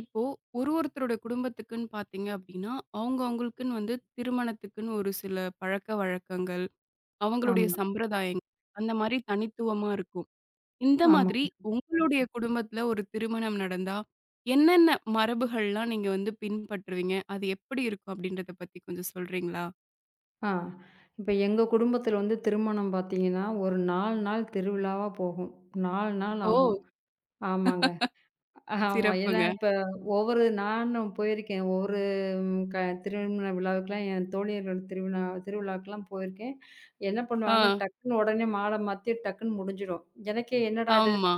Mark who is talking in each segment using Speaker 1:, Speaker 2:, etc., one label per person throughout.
Speaker 1: இப்போ ஒருத்தரோட குடும்பத்துக்குன்னு பார்த்தீங்க அப்படின்னா, அவங்களுக்குன்னு வந்து திருமணத்துக்குன்னு ஒரு சில பழக்கவழக்கங்கள், அவங்களுடைய
Speaker 2: ஆமா,
Speaker 1: சம்பிரதாயங்கள் அந்த மாரி தனித்துவமா இருக்கும். இந்த
Speaker 2: ஆமா.
Speaker 1: மாதிரி உங்களுடைய குடும்பத்தில ஒரு திருமணம் நடந்தா, என்னென்ன மரபுகள்லாம் நீங்க வந்து பின்பற்றுவீங்க? அது எப்படி இருக்கும் அப்படின்றத பத்தி கொஞ்சம் சொல்றீங்களா?
Speaker 2: ஆ. இப்ப எங்க குடும்பத்தில வந்து திருமணம் பார்த்தீங்கன்னா, ஒரு 4 நாள் திருவிழாவா போகும். 4 நாள்
Speaker 1: ஓ!
Speaker 2: ஆகும். ஆமாங்க. ஆமா. ஏன்னா
Speaker 1: சிறப்புங்க.
Speaker 2: இப்ப ஒவ்வொரு நானும் போயிருக்கேன். ஒவ்வொரு ம், க திருமண விழாவுக்குலாம் என் தோழியர்கள் திருவிழாக்கெல்லாம் போயிருக்கேன். என்ன
Speaker 1: ஆ,
Speaker 2: பண்ணுவாங்கன்னா, டக்குன்னு உடனே மாலை மாத்தி டக்குன்னு முடிஞ்சிடும். எனக்கே என்னடா இது!
Speaker 1: ஆமா.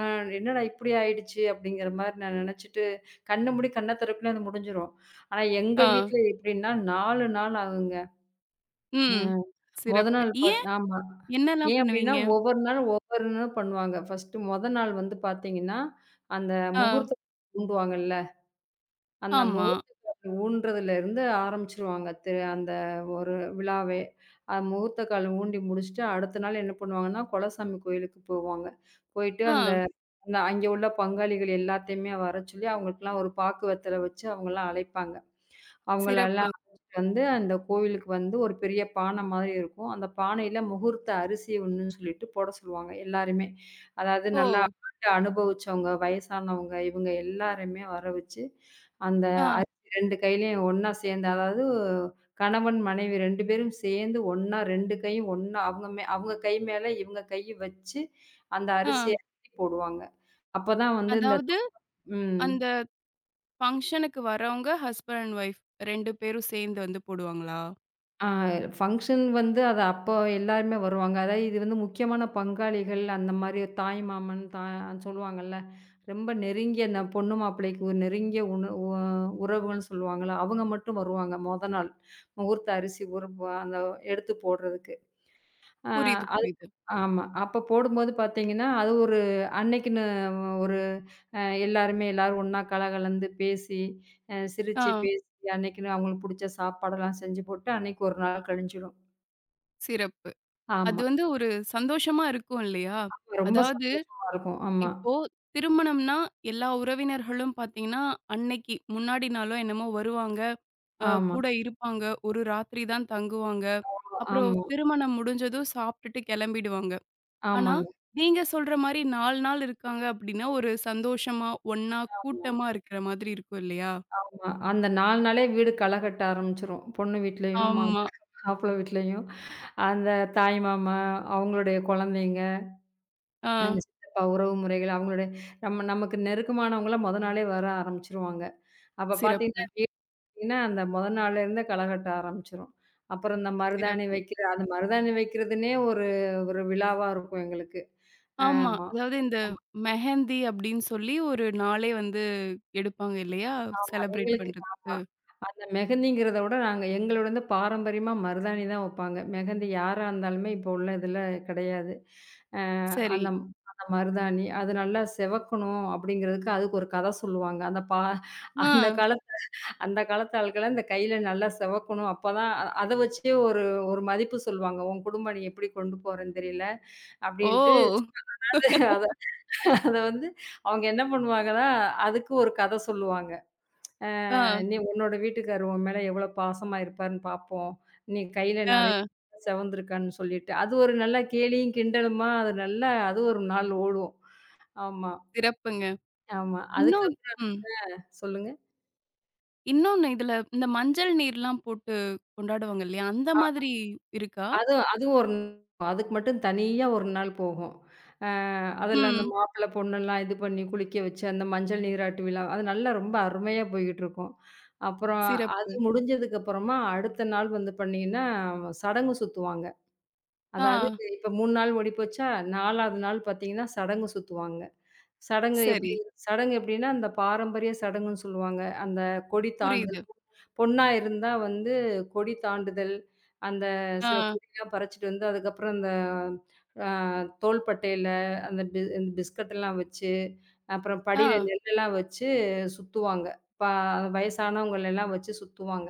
Speaker 2: அ என்னடா இப்படி ஆயிடுச்சு அப்படிங்கிற மாரி நான் நெனச்சுட்டு, கண்ண மூடி கண்ண திறப்புல அது முடிஞ்சிரும். ஆனா எங்க
Speaker 1: ஆ,
Speaker 2: வீட்ல எப்படின்னா 4 நாள் ஆகுங்க.
Speaker 1: ம்.
Speaker 2: மொத
Speaker 1: சிறப்பு.
Speaker 2: நாள் பாத்
Speaker 1: ஏன்?
Speaker 2: ஆமா.
Speaker 1: என்னலாம்
Speaker 2: ஏன் அப்டின்னா,
Speaker 1: பண்ணுவீங்க?
Speaker 2: ஒவ்வொரு நாளும் ஒவ்வொன்னு பண்ணுவாங்க. ஃபர்ஸ்ட்டு மொத நாள் வந்து பாத்தீங்கன்னா, அந்த
Speaker 1: ஆ,
Speaker 2: முகூர்த்தம் ஊண்டுவாங்கல்ல, அந்த
Speaker 1: ஆமா.
Speaker 2: முகூர்த்தம் ஊன்றதுலேருந்து ஆரம்பிச்சுருவாங்க. திரு அந்த ஒரு விழாவே. முகூர்த்த கால் ஊண்டி முடிச்சுட்டு, அடுத்த நாள் என்ன பண்ணுவாங்கன்னா, குலசாமி கோயிலுக்கு போவாங்க. போயிட்டு அந்த
Speaker 1: ஆ,
Speaker 2: அந்த அங்கே உள்ள பங்காளிகள் எல்லாத்தையுமே வர சொல்லி, அவங்களுக்கெல்லாம் ஒரு பாக்கு வெத்தல வச்சு அவங்கலாம் அழைப்பாங்க. அவங்களலாம்
Speaker 1: சிறப்புங்க.
Speaker 2: அழைச்சிட்டு வந்து அந்த கோவிலுக்கு வந்து ஒரு பெரிய பானை மாதிரி இருக்கும். அந்த பானையில முகூர்த்த அரிசி ஒண்ணுன்னு சொல்லிட்டு போட சொல்லுவாங்க எல்லாருமே. அதாவது
Speaker 1: ஓ!
Speaker 2: நல்லா ஆண்டு அனுபவிச்சவங்க, வயசானவங்க இவங்க எல்லாருமே வர வச்சு, அந்த
Speaker 1: ஆ.
Speaker 2: அரிசி 2 கையிலயும் ஒண்ணா சேர்ந்து அதாவது கணவன், மனைவி 2 பேரும் சேர்ந்து ஒண்ணா 2 கையும் ஒண்ணா அவங்க கை மேல இவங்க கைய வச்சு அந்த
Speaker 1: ஆ.
Speaker 2: அரிசிய அள்ளி போடுவாங்க. அப்பதான் வந்து இந்த
Speaker 1: அதாவது
Speaker 2: ம்.
Speaker 1: அந்த ஃபங்ஷனுக்கு வரவங்க ஹஸ்பண்ட் அண்ட் ஒய்ஃப் 2 பேரும் சேர்ந்து வந்து போடுவாங்களா?
Speaker 2: ஆ ஃபங்ஷன் வந்து அது அப்போ எல்லாருமே வருவாங்க. அதாவது இது வந்து முக்கியமான பங்காளிகள், அந்த மாரி தாய் மாமன், தா சொல்லுவாங்கல்ல. ரொம்ப நெருங்கிய அந்த பொண்ணு மாப்பிள்ளைக்கு ஒரு நெருங்கிய உண உ உறவுகள்ன்னு சொல்லுவாங்கல்ல, அவங்க மட்டும் வருவாங்க மொத நாள். முகூர்த்த அரிசி ஊற அந்த எடுத்து போடுறதுக்கு. ஆ,
Speaker 1: புரியுது,
Speaker 2: அது
Speaker 1: புரியுது.
Speaker 2: ஆமா. அப்ப போடும்போது பார்த்தீங்கன்னா, அது ஒரு அன்னைக்குன்னு ஒரு அ எல்லாருமே எல்லாரும் ஒண்ணா கலகலந்து பேசி, சிரிச்சு
Speaker 1: ஆ
Speaker 2: பேசி, அன்னைக்குன்னு அவங்களுக்கு புடிச்ச சாப்பாடெல்லாம் செஞ்சு போட்டு, அன்னைக்கு ஒரு நாள் கழிஞ்சிடும்.
Speaker 1: சிறப்பு. அது
Speaker 2: ஆமா.
Speaker 1: வந்து ஒரு சந்தோஷமா இருக்கும் இல்லையா?
Speaker 2: ரொம்ப
Speaker 1: அதாவது
Speaker 2: சந்தோஷமா இருக்கும். ஆமா,
Speaker 1: இப்போ திருமணம்னா எல்லா உறவினர்களும் பார்த்தீங்கன்னா, அன்னைக்கு முன்னாடி நாளோ என்னமோ வருவாங்க. அ
Speaker 2: ஆமா,
Speaker 1: கூட இருப்பாங்க. ஒரு ராத்திரி தான் தங்குவாங்க. அப்புறம்
Speaker 2: ஆமா,
Speaker 1: திருமணம் முடிஞ்சதும் சாப்பிட்டுட்டு கிளம்பிடுவாங்க. ஆனா,
Speaker 2: ஆமாங்க.
Speaker 1: நீங்க சொல்ற மாரி 4 நாள் இருக்காங்க அப்டின்னா, ஒரு சந்தோஷமா, ஒண்ணா,
Speaker 2: ஆமா,
Speaker 1: கூட்டமா இருக்கிற மாதிரி இருக்கும் இல்லையா?
Speaker 2: ஆமா. அந்த 4 நாளே வீடு களை கட்ட ஆரம்பிச்சுரும். பொண்ணு வீட்லயும்,
Speaker 1: ஆமா.
Speaker 2: மாப்பிள மாப்பிள வீட்லயும். அந்த தாய் மாமா, அவங்களுடைய குழந்தைங்க,
Speaker 1: ஆ.
Speaker 2: எங்க சித்தப்பா உறவு முறைகள் அவங்களுடைய நம்ம நமக்கு நெருக்கமானவங்கலாம் மொத நாளே வர ஆரம்பிச்சுருவாங்க. அப்ப
Speaker 1: சிறப்பு,
Speaker 2: பார்த்தீங்கன்னா, வீடு பார்த்தீங்கன்னா, அந்த மொத நாள்ல இருந்தே களகட்ட ஆரம்பிச்சுரும். அப்புறம் இந்த மருதாணி
Speaker 1: சிறப்பு.
Speaker 2: வைக்கிற அந்த மருதாணி வைக்கிறதுன்னே ஒரு ஒரு விழாவா இருக்கும் எங்களுக்கு.
Speaker 1: ஆமா.
Speaker 2: ஆமா,
Speaker 1: அதாவது இந்த மெஹந்தி அப்டின்னு சொல்லி ஒரு நாளே வந்து எடுப்பாங்க இல்லையா?
Speaker 2: ஆமா.
Speaker 1: செலிப்ரேட்
Speaker 2: எங்களுக்கு ஆமா.
Speaker 1: பண்றதுக்கு.
Speaker 2: அந்த மெஹந்திங்கிறத விட நாங்க எங்களோட வந்து பாரம்பரியமா மருதாணி தான் வைப்பாங்க. மெஹந்தி யாரா இருந்தாலுமே இப்போ உள்ள இதில கிடையாது. அ
Speaker 1: சரி.
Speaker 2: அந்த அந்த மருதாணி அது நல்லா சிவக்கணும் அப்படிங்கிறதுக்கு அதுக்கு ஒரு கதை சொல்லுவாங்க.
Speaker 1: ஆ.
Speaker 2: அந்த காலத்து அந்த காலத்து ஆட்கள்லாம் இந்த கையில நல்லா சிவக்கணும். அப்பதான் அ அத வச்சே ஒரு ஒரு மதிப்பு சொல்லுவாங்க. உன் குடும்பம் நீ எப்படி கொண்டு போறேன்னு தெரியல அப்படின்ட்டு
Speaker 1: ஓ!
Speaker 2: அத அத வந்து அவங்க என்ன பண்ணுவாங்கன்னா, அதுக்கு ஒரு கதை சொல்லுவாங்க.
Speaker 1: ஆ,
Speaker 2: நீ உன்னோட வீட்டுக்காரர் உன் மேல எவ்வளோ பாசமா இருப்பாருன்னு பார்ப்போம். நீ கையில நெறைய
Speaker 1: ஆ.
Speaker 2: செவந்திருக்கான்னு சொல்லிட்டு. அது ஒரு நல்ல கேலியும், கிண்டலுமா அது நல்லா அது ஒரு நாள் ஓடும். ஆமா,
Speaker 1: சிறப்புங்க.
Speaker 2: ஆமா.
Speaker 1: இன்னும்
Speaker 2: அதுக்கப்புறம்
Speaker 1: ம்.
Speaker 2: சொல்லுங்க.
Speaker 1: இன்னொன்னு இதுல இந்த மஞ்சள் நீர்லாம் போட்டு கொண்டாடுவாங்க இல்லையா? அந்த
Speaker 2: அ
Speaker 1: மாதிரி இருக்கா?
Speaker 2: அதுவும் அதுவும் அதுக்கு மட்டும் தனியா ஒரு நாள் போகும். அ அதெல்லாம் அந்த
Speaker 1: ம்.
Speaker 2: மாப்பிள்ளை, பொண்ணெல்லாம் இது பண்ணி குளிக்க வச்சு, அந்த மஞ்சள் நீராட்டு விழா அது நல்லா ரொம்ப அருமையா போய்க்கிட்டுருக்கும். அப்புறம் அது
Speaker 1: சிறப்பு.
Speaker 2: முடிஞ்சதுக்கு அப்புறமா அடுத்த நாள் வந்து பார்த்தீங்கன்னா, சடங்கு சுத்துவாங்க.
Speaker 1: ஆ.
Speaker 2: அதாவது இப்ப 3 நாள் ஓடிப்போச்சா, 4வது நாள் பார்த்தீங்கன்னா, சடங்கு சுத்துவாங்க. சடங்கு
Speaker 1: சரி.
Speaker 2: எப்படி சடங்கு எப்படின்னா, அந்த பாரம்பரிய சடங்குன்னு சொல்லுவாங்க. அந்த கொடி தாண்டுதல்.
Speaker 1: புரியுது.
Speaker 2: பொண்ணா இருந்தா வந்து கொடி தாண்டுதல், அந்த சில
Speaker 1: ஆ,
Speaker 2: கொடிலாம் பறிச்சுட்டு வந்து, அதுக்கப்புறம் அந்த அ தோள்பட்டையில அந்த பி பிஸ்கட்டெல்லாம் வச்சு, அப்புறம் படியில
Speaker 1: ஆ.
Speaker 2: நெல்லெல்லாம் வச்சு சுத்துவாங்க. பா வயசானவங்கள எல்லாம் வச்சு சுத்துவாங்க.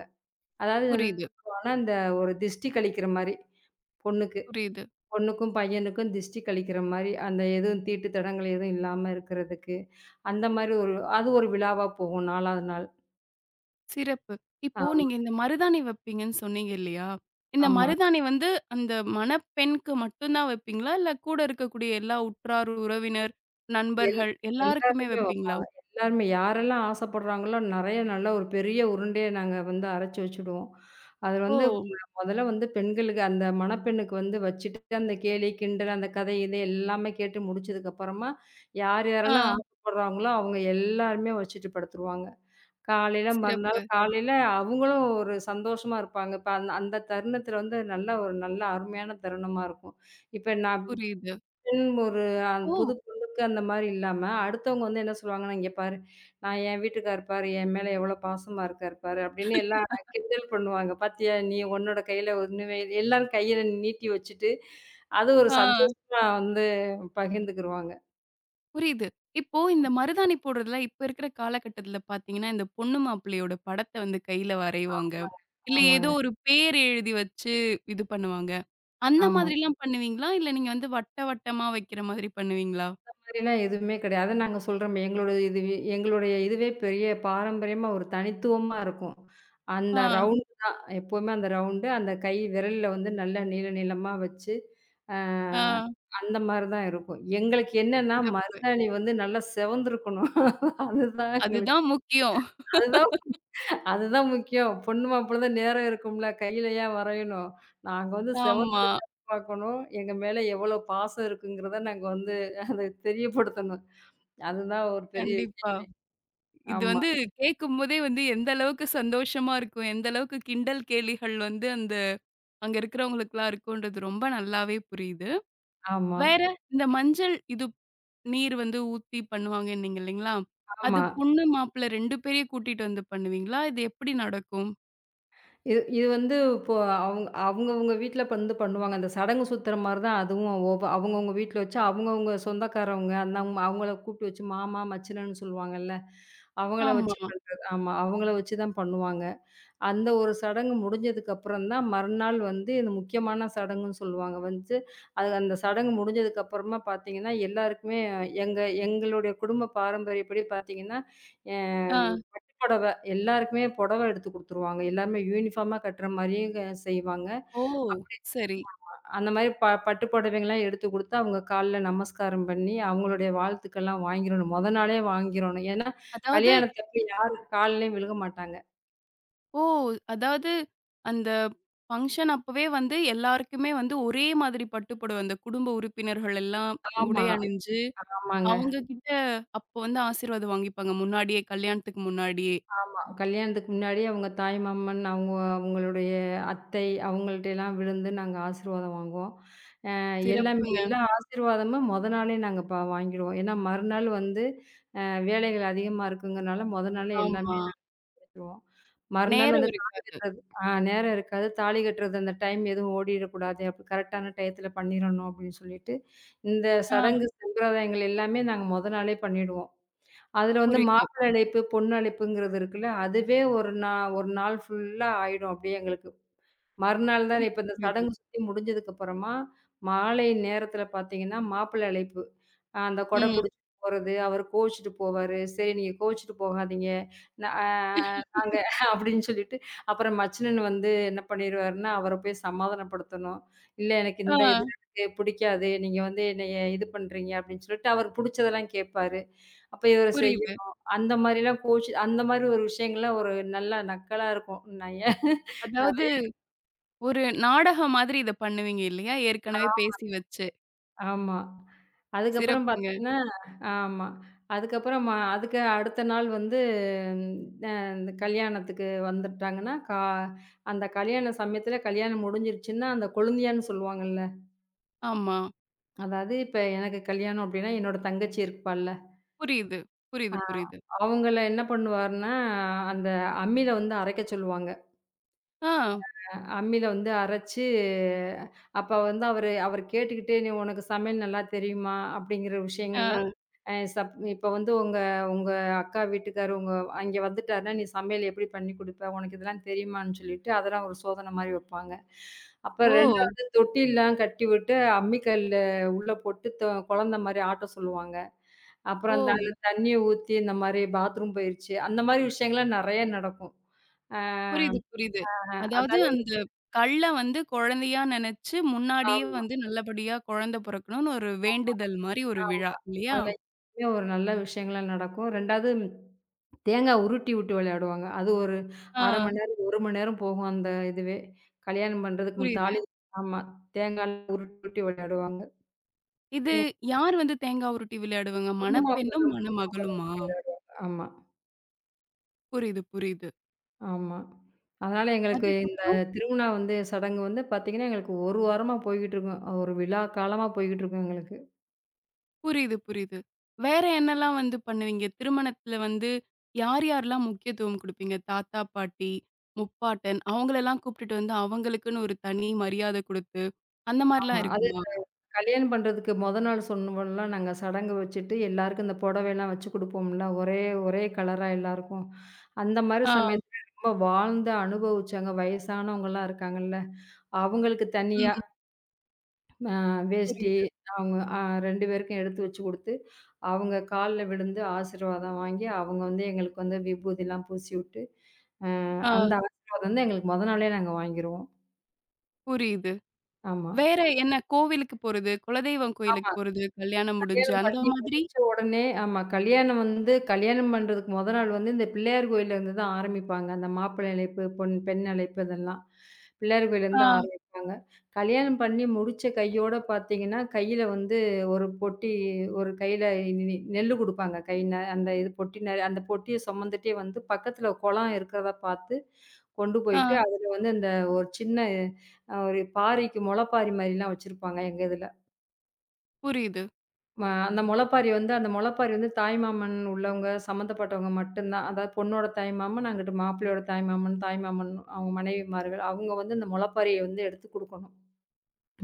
Speaker 2: அதாவது
Speaker 1: புரியுது,
Speaker 2: ஆனா இந்த ஒரு திஷ்டி கழிக்கிற மாரி. பொண்ணுக்கு
Speaker 1: புரியுது.
Speaker 2: பொண்ணுக்கும், பையனுக்கும் திஷ்டி கழிக்கிற மாரி, அந்த எதுவும் தீட்டு தடங்கள் எதுவும் இல்லாம இருக்கிறதுக்கு, அந்த மாரி ஒரு அது ஒரு விழாவா போகும் 4வது நாள்.
Speaker 1: சிறப்பு. இப்போ
Speaker 2: ஆம்
Speaker 1: நீங்க இந்த மருதாணி வைப்பீங்கன்னு சொன்னீங்க இல்லையா? இந்த
Speaker 2: ஆமா.
Speaker 1: மருதாணி வந்து அந்த மணப்பெண்ணுக்கு மட்டும் தான் வைப்பீங்களா? இல்ல கூட இருக்கக்கூடிய எல்லா உற்றார், உறவினர்,
Speaker 2: எல்
Speaker 1: நண்பர்கள் எல்லாருக்குமே
Speaker 2: எல்லாருமே வ-
Speaker 1: வைப்பீங்களா?
Speaker 2: எல்லாருமே யாரெல்லாம் ஆசைப்படுறாங்களோ, நெறைய நல்ல ஒரு பெரிய உருண்டைய நாங்க வந்து அரைச்சு வச்சுடுவோம். அது
Speaker 1: ஓ!
Speaker 2: வந்து முதல்ல வந்து பெண்களுக்கு அந்த மணப்பெண்ணுக்கு வந்து வச்சுட்டு, அந்த கேலி, கிண்டல், அந்த கதை இது எல்லாமே கேட்டு முடிச்சதுக்கு அப்புறமா, யார் யாரெல்லாம்
Speaker 1: ஆ.
Speaker 2: ஆசைப்படுறாங்களோ, அவங்க எல்லாருமே வச்சுட்டு படுத்துருவாங்க. மறுநாள்
Speaker 1: சிறப்பு.
Speaker 2: காலையில அவங்களும் ஒரு சந்தோஷமா இருப்பாங்க. இப்ப அந்த அந்த தருணத்தில வந்து நல்ல அருமையான தருணமா இருக்கும். இப்ப நான்
Speaker 1: புரியுது.
Speaker 2: பெண் ஒரு அந்த
Speaker 1: ஓ!
Speaker 2: புது பொண்ணுக்கு அந்த மாரி இல்லாம, அடுத்தவங்க வந்து என்ன சொல்லுவாங்கன்னா, "இங்க பாரு, நான் என் வீட்டுக்காரு பாரு, என் மேல எவ்வளோ பாசமா இருக்காரு பாரு" அப்படின்னு எல்லாம் கிண்டல் பண்ணுவாங்க. "பாத்தியா நீ உன்னோட கையில ஒண்ணுமே எல்லாரும் கையில நீட்டி வச்சுட்டு, அது ஒரு
Speaker 1: ஆ.
Speaker 2: சந்தோஷமா வந்து பகிர்ந்துக்கிருவாங்க."
Speaker 1: புரியுது. இப்போ இந்த மருதாணி போடுறதுல இப்ப இருக்கிற காலகட்டத்துல பார்த்தீங்கன்னா, இந்த பொண்ணு மாப்பிள்ளையோட படத்த வந்து கையில வரைவாங்க.
Speaker 2: ஆமாங்க,
Speaker 1: இல்ல ஏதோ
Speaker 2: ஆமாங்க,
Speaker 1: ஒரு பேர் எழுதி வச்சு இது பண்ணுவாங்க. அந்த
Speaker 2: ஆமா.
Speaker 1: மாதிரிலாம் பண்ணுவீங்களா? இல்ல நீங்க வந்து வட்ட வட்டமா வைக்கிற மாதிரி பண்ணுவீங்களா?
Speaker 2: மாதிரிலாம் எதுவுமே கிடையாது. அதான் நாங்க சொல்றோமே, எங்களோட இது எங்களுடைய இதுவே பெரிய பாரம்பரியமா ஒரு தனித்துவமா இருக்கும். அந்த
Speaker 1: ஆ,
Speaker 2: ரவுண்டு தான். எப்பவுமே அந்த ரவுண்டு, அந்த கை விரல்ல வந்து நல்லா நீள நீளமா வச்சு, அ
Speaker 1: ஆ.
Speaker 2: அந்த மாரி தான் இருக்கும். எங்களுக்கு என்னன்னா,
Speaker 1: சிறப்பு.
Speaker 2: மருதாணி வந்து நல்லா சிவந்திருக்கணும். அதுதான் எங்களுக்கு.
Speaker 1: அதுதான் முக்கியம்.
Speaker 2: அதுதான் அதுதான் முக்கியம். பொண்ணு மாப்பிள தான் நேரம் இருக்கும்ல. கையில ஏன் வரையணும்? நாங்க வந்து
Speaker 1: ஆமா.
Speaker 2: சிவந்திருக்க பார்க்கணும். எங்க மேல எவ்வளோ பாசம் இருக்குங்கிறத நாங்க வந்து அத தெரியப்படுத்தணும். அதுதான் ஒரு பெரிய
Speaker 1: கண்டிப்பா.
Speaker 2: விஷயம்.
Speaker 1: இது
Speaker 2: ஆமா,
Speaker 1: வந்து கேட்கும்போதே வந்து எந்த அளவுக்கு சந்தோஷமா இருக்கும். எந்த அளவுக்கு கிண்டல் கேலிகள் வந்து அந்த அங்க இருக்கிறவங்களுக்குலாம் இருக்கும்ன்றது ரொம்ப நல்லாவே புரியுது.
Speaker 2: ஆமா,
Speaker 1: வேற இந்த மஞ்சள் இது நீர் வந்து ஊத்தி பண்ணுவாங்கன்னீங்க இல்லைங்களா? அது
Speaker 2: ஆமா.
Speaker 1: பொண்ணு, மாப்பிள்ளை 2 பேரையும் கூட்டிட்டு வந்து பண்ணுவீங்களா? இது எப்படி நடக்கும்?
Speaker 2: இது இது வந்து இப்போ அவங்கவங்க வீட்ல வந்து பண்ணுவாங்க. அந்த சடங்கு சுத்துற மாரி தான் அதுவும் அவங்கவங்க வீட்ல வச்சு அவங்கவங்க சொந்தக்காரவங்க அந்த அவங்கள கூப்பிட்டு வச்சு மாமா, மச்சினன்னு சொல்லுவாங்கல்ல. அவங்கள
Speaker 1: ஆமா.
Speaker 2: வச்சு பண்றது. ஆமா, அவங்கள வச்சு தான் பண்ணுவாங்க. அந்த ஒரு சடங்கு முடிஞ்சதுக்கு அப்புறம் தான் மறுநாள் வந்து இந்த முக்கியமான சடங்குன்னு சொல்லுவாங்க. வந்து அது அந்த சடங்கு முடிஞ்சதுக்கு அப்புறமா பார்த்தீங்கன்னா, எல்லாருக்குமே எங்க எங்களுடைய குடும்ப பாரம்பரியப்படி பார்த்தீங்கன்னா, அ
Speaker 1: ஆ.
Speaker 2: பட்டு புடவை எல்லாருக்குமே புடவை எடுத்து குடுத்துருவாங்க. எல்லாருமே யூனிஃபார்மா கட்டுற மாரியும் செய்வாங்க.
Speaker 1: ஓ!
Speaker 2: அப்படி
Speaker 1: சரி.
Speaker 2: அந்த மாரி பட்டு புடவைங்கலாம் எடுத்து குடுத்து, அவங்க கால்ல நமஸ்காரம் பண்ணி, அவங்களுடைய வாழ்த்துக்கள்லாம் வாங்கிரணும். மொத நாளே வாங்கிறணும். ஏன்னா,
Speaker 1: அதாவது
Speaker 2: கல்யாணத்தப்ப யாரும் கால்லயும் விழுக மாட்டாங்க.
Speaker 1: ஓ! அதாவது அந்த ஃபங்ஷன் அப்பவே வந்து எல்லாருக்குமே வந்து ஒரே மாதிரி பட்டு புடவை, அந்த குடும்ப உறுப்பினர்கள் எல்லாம்
Speaker 2: ஆமா,
Speaker 1: உடை அணிஞ்சு,
Speaker 2: ஆமாங்க.
Speaker 1: அவங்க கிட்ட அப்போ வந்து ஆசீர்வாதம் வாங்கிப்பாங்க. முன்னாடியே கல்யாணத்துக்கு முன்னாடியே.
Speaker 2: ஆமா. கல்யாணத்துக்கு முன்னாடி தாய் மாமன், அவங்களுடைய அத்தை அவங்கள்ட்டலாம் விழுந்து நாங்க ஆசீர்வாதம் வாங்குவோம். அ எல்லாமே
Speaker 1: சிறப்புங்க.
Speaker 2: எல்லா ஆசீர்வாதமும் மொத நாளே நாங்க வாங்கிடுவோம். ஏன்னா மறுநாள் வந்து வேலைகள் அதிகமா இருக்குங்கிறனால மொத நாளே
Speaker 1: ஆமா.
Speaker 2: எல்லாமே வாங்கிருவோம். மறுநாள்
Speaker 1: நேரம்
Speaker 2: வந்து தாலி
Speaker 1: இருக்காது.
Speaker 2: கட்டுறது. நேரம் இருக்காது. தாலி கட்டுறது அந்த டைம் எதுவும் ஓடிறக்கூடாது. அப்ப கரெக்ட்டான டயத்துல பண்ணிறணும் அப்படின்னு சொல்லிட்டு, இந்த
Speaker 1: ஆ
Speaker 2: சடங்கு சம்பிரதாயங்கள் எல்லாமே நாங்க மொத நாளே பண்ணிடுவோம். அதுல வந்து
Speaker 1: புரியுது,
Speaker 2: மாப்பிள்ளை அழைப்பு, பொண்ணு அழைப்புங்கிறது இருக்குல்ல. அதுவே ஒரு நா ஒரு நாள் ஃபுல்லா ஆயிடும். அப்படியே எங்களுக்கு. மறுநாள் தான்
Speaker 1: புரியுது,
Speaker 2: இப்ப இந்த
Speaker 1: புரியுது.
Speaker 2: சடங்கு சுத்தி முடிஞ்சதுக்கு அப்புறமா, மாலை நேரத்தில பார்த்தீங்கன்னா, மாப்பிள்ளை அழைப்பு. அந்த கொடை
Speaker 1: ம்.
Speaker 2: பிடிச்சிட்டு போறது, அவர் கோவிச்சுட்டு போவாரு. "சரி நீங்க கோவிச்சுட்டு போகாதீங்க. ந அ நாங்க" அப்படின்னு சொல்லிட்டு, அப்புறம் மச்சினன் வந்து என்ன பண்ணிருவாருன்னா, அவர போய் சமாதானப்படுத்தணும். "இல்ல எனக்கு
Speaker 1: ஆ
Speaker 2: இந்த இது எனக்கு பிடிக்காது. நீங்க வந்து என்னைய இது பண்றீங்க" அப்படின்னு சொல்லிட்டு, அவருக்கு பிடிச்சதெல்லாம் கேட்பாரு. அப்ப இவரு
Speaker 1: புரியுது.
Speaker 2: செய்யணும். அந்த மாரிலாம் கோவிச்சு அந்த மாரி ஒரு விஷயங்கள்லாம் ஒரு நல்ல நக்கலா இருக்கும். நெறைய
Speaker 1: அதாவது
Speaker 2: நெறைய
Speaker 1: ஒரு நாடகம் மாதிரி இத பண்ணுவீங்க இல்லையா? ஏற்கனவே பேசி வச்சு.
Speaker 2: ஆமா. அதுக்கப்புறம்
Speaker 1: சிறப்புங்க.
Speaker 2: பார்த்தீங்கன்னா ஆமா. அதுக்கப்புறம் அதுக்கு அடுத்த நாள் வந்து அ இந்த கல்யாணத்துக்கு வந்துட்டாங்கன்னா, அந்த கல்யாண சமயத்துல கல்யாணம் முடிஞ்சிருச்சுன்னா, அந்த கொழுந்தியான்னு சொல்லுவாங்கல்ல.
Speaker 1: ஆமா.
Speaker 2: அதாவது இப்ப எனக்கு கல்யாணம் அப்டின்னா, என்னோட தங்கச்சி இருப்பாள்ல.
Speaker 1: புரியுது.
Speaker 2: அ
Speaker 1: புரியுது, புரியுது.
Speaker 2: அவங்கள என்ன பண்ணுவாருன்னா, அந்த அம்மில வந்து அரைக்க சொல்லுவாங்க.
Speaker 1: ஆ,
Speaker 2: அ அம்மில வந்து அரைச்சு, அப்ப வந்து அவரு அவரு கேட்டுக்கிட்டே, "நீ உனக்கு சமையல் நல்லா தெரியுமா?" அப்டிங்கிற
Speaker 1: ஆ.
Speaker 2: விஷயங்கள்லாம் அ சப் இப்ப வந்து உங்க உங்க அக்கா வீட்டுக்காரு உங்க அங்கே வந்துட்டாருன்னா, "நீ சமையல் எப்படி பண்ணி குடுப்ப? உனக்கு இதெல்லாம் தெரியுமான்னு?" சொல்லிட்டு அதெல்லாம் ஒரு சோதனை மாரி வைப்பாங்க. அப்ப ம்.
Speaker 1: ஓ!
Speaker 2: 2வது தொட்டில்லாம் கட்டிவிட்டு அம்மிக்கல்ல உள்ள போட்டு குழந்த மாரி ஆட்ட சொல்லுவாங்க.
Speaker 1: ஓ!
Speaker 2: அப்புறம் அந்த ம். அதில தண்ணிய ஊத்தி இந்த மாரி பாத்ரூம் போயிருச்சு. அந்த மாரி விஷயங்கள்லாம் நெறைய நடக்கும். அ
Speaker 1: புரியுது, புரியுது. அதாவது
Speaker 2: அதாவது
Speaker 1: அந்த கல்ல வந்து குழந்தையா நெனச்சு, முன்னாடியே
Speaker 2: ஆமா,
Speaker 1: வந்து நல்லபடியா குழந்தை பொறக்கணும்னு ஒரு வேண்டுதல் மாரி ஒரு விழா
Speaker 2: ஆமா.
Speaker 1: இல்லையா?
Speaker 2: அதில ஒரு நல்ல விஷயங்கள்லாம் நடக்கும். 2வது தேங்காய் உருட்டி விட்டு விளையாடுவாங்க. அது ஒரு ½
Speaker 1: ஆ,
Speaker 2: மணி நேரம், 1 மணி நேரம் போகும் அந்த இதுவே. கல்யாணம் பண்றதுக்கு முன்
Speaker 1: புரியுது.
Speaker 2: தாலி ஆமா. தேங்காய்லாம் உருட்டி உருட்டி விளையாடுவாங்க.
Speaker 1: இது
Speaker 2: என்
Speaker 1: யார் வந்து தேங்காய் உருட்டி விளையாடுவாங்க?
Speaker 2: பொண்ணு
Speaker 1: மணப்பெண்ணும்,
Speaker 2: மாப்பிள்ளைலாம் போட்டு
Speaker 1: மணமகளுமா?
Speaker 2: விளையாடுவாங்க. ஆமா,
Speaker 1: புரியுது, புரியுது.
Speaker 2: ஆமா. அதனால எங்களுக்கு இந்த
Speaker 1: அதுக்கப்புறம்
Speaker 2: திருவிழா வந்து சடங்கு வந்து பார்த்தீங்கன்னா, எங்களுக்கு 1 வாரமா போய்க்கிட்டு இருக்கும். ஒரு விழா காலமா போய்க்கிட்டு இருக்கும் எங்களுக்கு.
Speaker 1: புரியுது, புரியுது. வேற என்னல்லாம் வந்து பண்ணுவீங்க? திருமணத்துல வந்து யார் யார்லாம் முக்கியத்துவம் குடுப்பீங்க? தாத்தா, பாட்டி, முப்பாட்டன் அவங்களெல்லாம் கூப்பிட்டுட்டு வந்து அவங்களுக்குன்னு ஒரு தனி மரியாதை குடுத்து, அந்த
Speaker 2: ஆமா.
Speaker 1: மாரிலாம் இருக்குமா?
Speaker 2: கல்யாணம் பண்றதுக்கு மொத நாள் சொன்னோம்லாம் நாங்க சடங்கு வச்சுட்டு, எல்லாருக்கும் இந்த புடவைலாம் வச்சு குடுப்போம்ல. ஒரே ஒரே கலரா எல்லாருக்கும். அந்த மாரி
Speaker 1: ஆ,
Speaker 2: சமயத்துல ரொம்ப வாழ்ந்து அனுபவிச்சாங்க. வயசானவங்கலாம் இருக்காங்கல்ல. அவங்களுக்கு தனியா
Speaker 1: ம்.
Speaker 2: வேஷ்டி
Speaker 1: புரியுது.
Speaker 2: அவங்க அ 2 பேருக்கும் எடுத்து வச்சு குடுத்து, அவங்க கால்ல விழுந்து ஆசீர்வாதம் வாங்கி, அவங்க வந்து எங்களுக்கு வந்து விபூதிலாம் பூசி விட்டு, அந்த
Speaker 1: ஆ,
Speaker 2: ஆசீர்வாதம் வந்து எங்களுக்கு மொத நாளே நாங்க வாங்கிருவோம்.
Speaker 1: புரியுது.
Speaker 2: ஆமா.
Speaker 1: வேற என்ன கோவிலுக்கு போறது, குலதெய்வம் கோயிலுக்கு போறது, கல்யாணம் முடிஞ்சு
Speaker 2: கல்யாணம்
Speaker 1: அந்த
Speaker 2: பண்ணி
Speaker 1: மாதிரி?
Speaker 2: முடிச்ச உடனே ஆமா. கல்யாணம் பண்றதுக்கு மொத நாள் வந்து இந்த பிள்ளையார் கோயில்லருந்து தான் ஆரம்பிப்பாங்க. அந்த மாப்பிள்ளை அழைப்பு, பொன் பெண் அழைப்பு இதெல்லாம். பிள்ளையார்
Speaker 1: ஆ,
Speaker 2: கோயில்லருந்து ஆரம்பிப்பாங்க. கல்யாணம் பண்ணி முடிச்ச கையோட பார்த்தீங்கன்னா, கையில வந்து ஒரு பொட்டி ஒரு கையில நெல்லு குடுப்பாங்க. கை ந அந்த இது பொட்டி நெ அந்த பொட்டிய சுமந்துட்டே வந்து பக்கத்துல குளம் இருக்கிறத பார்த்து கொண்டு
Speaker 1: ஆ.
Speaker 2: போயிட்டு, அதுல வந்து அந்த ஒரு சின்ன அ ஒரு பாரிக்கு முளைப்பாரி மாரிலாம் வச்சிருப்பாங்க எங்க இதுல.
Speaker 1: புரியுது.
Speaker 2: அந்த முளைப்பாரி வந்து தாய்மாமன் உள்ளவங்க சம்மந்தப்பட்டவங்க மட்டும் தான். அதாவது பொண்ணோட தாய்மாமன், அங்கிட்டு மாப்பிள்ளையோட தாய்மாமன், அவங்க மனைவிமார்கள், அவங்க வந்து அந்த முளைப்பாரிய வந்து எடுத்து குடுக்கணும்.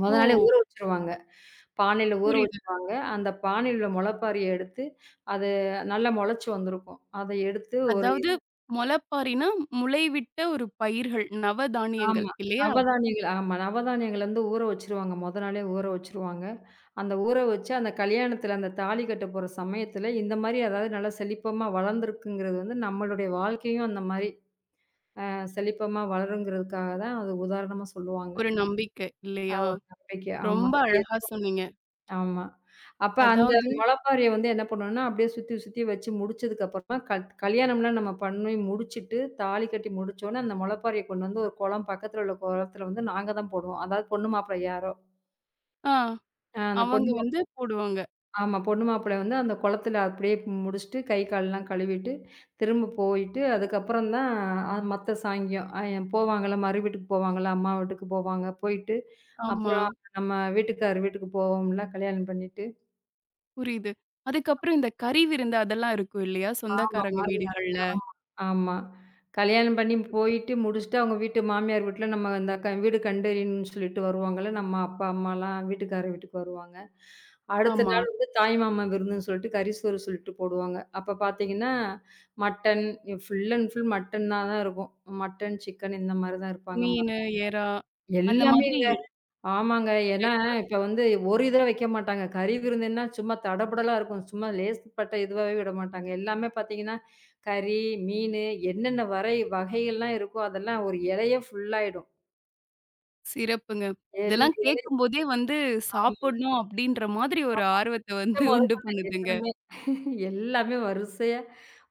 Speaker 2: மொத
Speaker 1: ஓ!
Speaker 2: நாளே ஊற வச்சுருவாங்க. பானையில ஊற
Speaker 1: புரியுது.
Speaker 2: வச்சுருவாங்க. அந்த பானையில உள்ள முளைப்பாரிய எடுத்து, அது நல்லா முளைச்சு வந்திருக்கும். அத எடுத்து ஒரு
Speaker 1: அதாவது முளைப்பாரின்னா, முளைவிட்ட ஒரு பயிர்கள், நவதானியங்கள்
Speaker 2: ஆமா.
Speaker 1: இல்லையா?
Speaker 2: நவதானியங்கள் ஆமா. நவதானியங்கள் வந்து ஊற வச்சுருவாங்க. மொத நாளே ஊற வச்சுருவாங்க. அந்த ஊற வச்சு அந்த கல்யாணத்துல அந்த தாலி கட்ட போற சமயத்துல இந்த மாரி அதாவது நல்லா செழிப்பமா வளர்ந்துருக்குங்கிறது வந்து நம்மளுடைய வாழ்க்கையும் அந்த மாரி செழிப்பமா வளருங்கிறதுக்காக தான் அது உதாரணமா சொல்லுவாங்க.
Speaker 1: ஒரு நம்பிக்கை இல்லையா?
Speaker 2: ஒரு நம்பிக்கை. ஆமா.
Speaker 1: ரொம்ப அழகா சொன்னீங்க.
Speaker 2: ஆமா. அப்ப அந்த
Speaker 1: அதாவது
Speaker 2: முளைப்பாரிய வந்து என்ன பண்ணுவோம்னா, அப்படியே சுத்தி சுத்தி வச்சு முடிச்சதுக்கு அப்புறமா, கல்யாணம்லாம் நம்ம பண்ணி முடிச்சுட்டு, தாலி கட்டி முடிச்சோனே, அந்த முளைப்பாரிய கொண்டு வந்து ஒரு குளம் பக்கத்துல உள்ள குளத்துல வந்து நாங்க தான் போடுவோம். அதாவது பொண்ணு மாப்பிள்ளை யாரோ,
Speaker 1: ஆ
Speaker 2: அ அந்த
Speaker 1: அவங்க
Speaker 2: பொண்ணு
Speaker 1: வந்து போடுவாங்க.
Speaker 2: ஆமா. பொண்ணு மாப்பிள்ளை வந்து அந்த குளத்துல அப்படியே முடிச்சுட்டு, கை கால்லாம் கழுவிட்டு, திரும்ப போயிட்டு, அதுக்கப்புறம் தான் மத்த சாங்கியம். அ போவாங்கல்ல, மறு வீட்டுக்கு போவாங்கல்ல, அம்மா வீட்டுக்கு போவாங்க. போயிட்டு,
Speaker 1: ஆமா,
Speaker 2: அப்புறம் நம்ம வீட்டுக்கார் வீட்டுக்கு போவோம்ல, கல்யாணம் பண்ணிட்டு.
Speaker 1: புரியுது. அதுக்கப்புறம் இந்த கறி விருந்து அதெல்லாம் இருக்கும் இல்லையா?
Speaker 2: ஆமா.
Speaker 1: சொந்தக்காரங்க
Speaker 2: மாறுனாங்க.
Speaker 1: வீடுகள்ல.
Speaker 2: ஆமா, ஆமா. கல்யாணம் பண்ணி போயிட்டு முடிச்சுட்டு, அவங்க வீட்டு மாமியார் வீட்ல நம்ம இந்த வீடு கண்டறியணும்னு சொல்லிட்டு வருவாங்கல்ல. நம்ம அப்பா, அம்மாலாம் வீட்டுக்காரர் வீட்டுக்கு வருவாங்க. அடுத்த
Speaker 1: ஆமா.
Speaker 2: நாள் வந்து தாய் மாமன் விருந்துன்னு சொல்லிட்டு கறி சோறு சொல்லிட்டு போடுவாங்க. அப்ப பார்த்தீங்கன்னா, mutton full and full mutton தான் தான் இருக்கும். மட்டன், சிக்கன் இந்த மாரி தான் இருப்பாங்க.
Speaker 1: மீனு, எறா அந்த
Speaker 2: எல்லாமே
Speaker 1: மாதிரி எல்
Speaker 2: ஆமாங்க. ஏன்னா,
Speaker 1: சிறப்பு.
Speaker 2: இப்ப வந்து ஒரு இத வைக்க மாட்டாங்க. கறி விருந்துன்னா சும்மா தடபுடலா இருக்கும். சும்மா லேசுப்பட்ட இதுவாவே விட மாட்டாங்க. எல்லாமே பார்த்தீங்கன்னா, கறி, மீனு என்னென்ன வரை வகைகள்லாம் இருக்கோ, அதெல்லாம் ஒரு இலையே ஃபுல்லாயிடும்.
Speaker 1: சிறப்புங்க.
Speaker 2: எல்
Speaker 1: இதெல்லாம்
Speaker 2: இலை
Speaker 1: கேட்கும்போதே வந்து
Speaker 2: ஆமா.
Speaker 1: சாப்பிடணும் அப்படின்ற மாதிரி ஒரு ஆர்வத்த
Speaker 2: முட்டை
Speaker 1: வந்து உண்டு
Speaker 2: மொதற்கொண்டு
Speaker 1: பண்ணுதுங்க.
Speaker 2: எல்லாமே எல்லாமே வரிசையா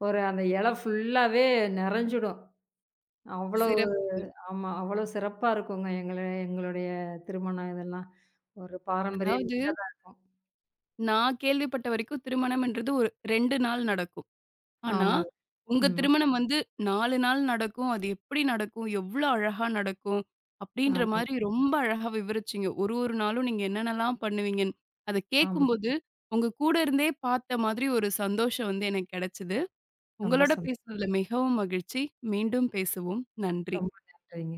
Speaker 2: ஒரு அந்த இலை ஃபுல்லாவே நெறஞ்சிடும். அவ்வளவு
Speaker 1: சிறப்புங்க.
Speaker 2: ஆமா. அவ்வளோ சிறப்பா இருக்குங்க. எங்களுடைய திருமணம் இதெல்லாம். ஒரு பாரம்பரியம்
Speaker 1: அதாவது
Speaker 2: மிக்கதா இருக்கும்.
Speaker 1: நான் கேள்விப்பட்ட வரைக்கும் திருமணம்ன்றது ஒரு 2 நாள் நடக்கும். ஆனா,
Speaker 2: ஆமாங்க.
Speaker 1: உங்க
Speaker 2: ம்.
Speaker 1: திருமணம் வந்து 4 நாள் நடக்கும். அது எப்படி நடக்கும்? எவ்ளோ அழகா நடக்கும்? அப்படின்ற
Speaker 2: ஆமா,
Speaker 1: மாரி ரொம்ப அழகா விவரிச்சீங்க. ஒரு ஒரு நாளும் நீங்க என்னென்னலாம் பண்ணுவீங்கன்னு. அத
Speaker 2: ஆமா.
Speaker 1: கேட்கும்போது, உங்க கூட இருந்தே பார்த்த மாதிரி ஒரு சந்தோஷம் வந்து எனக்கு கிடைச்சது.
Speaker 2: ரொம்ப
Speaker 1: உங்களோட
Speaker 2: சந்தோஷம்.
Speaker 1: பேசுனதுல மிகவும் மகிழ்ச்சி. மீண்டும் பேசுவோம். நன்றி.
Speaker 2: ரொம்ப நன்றிங்க.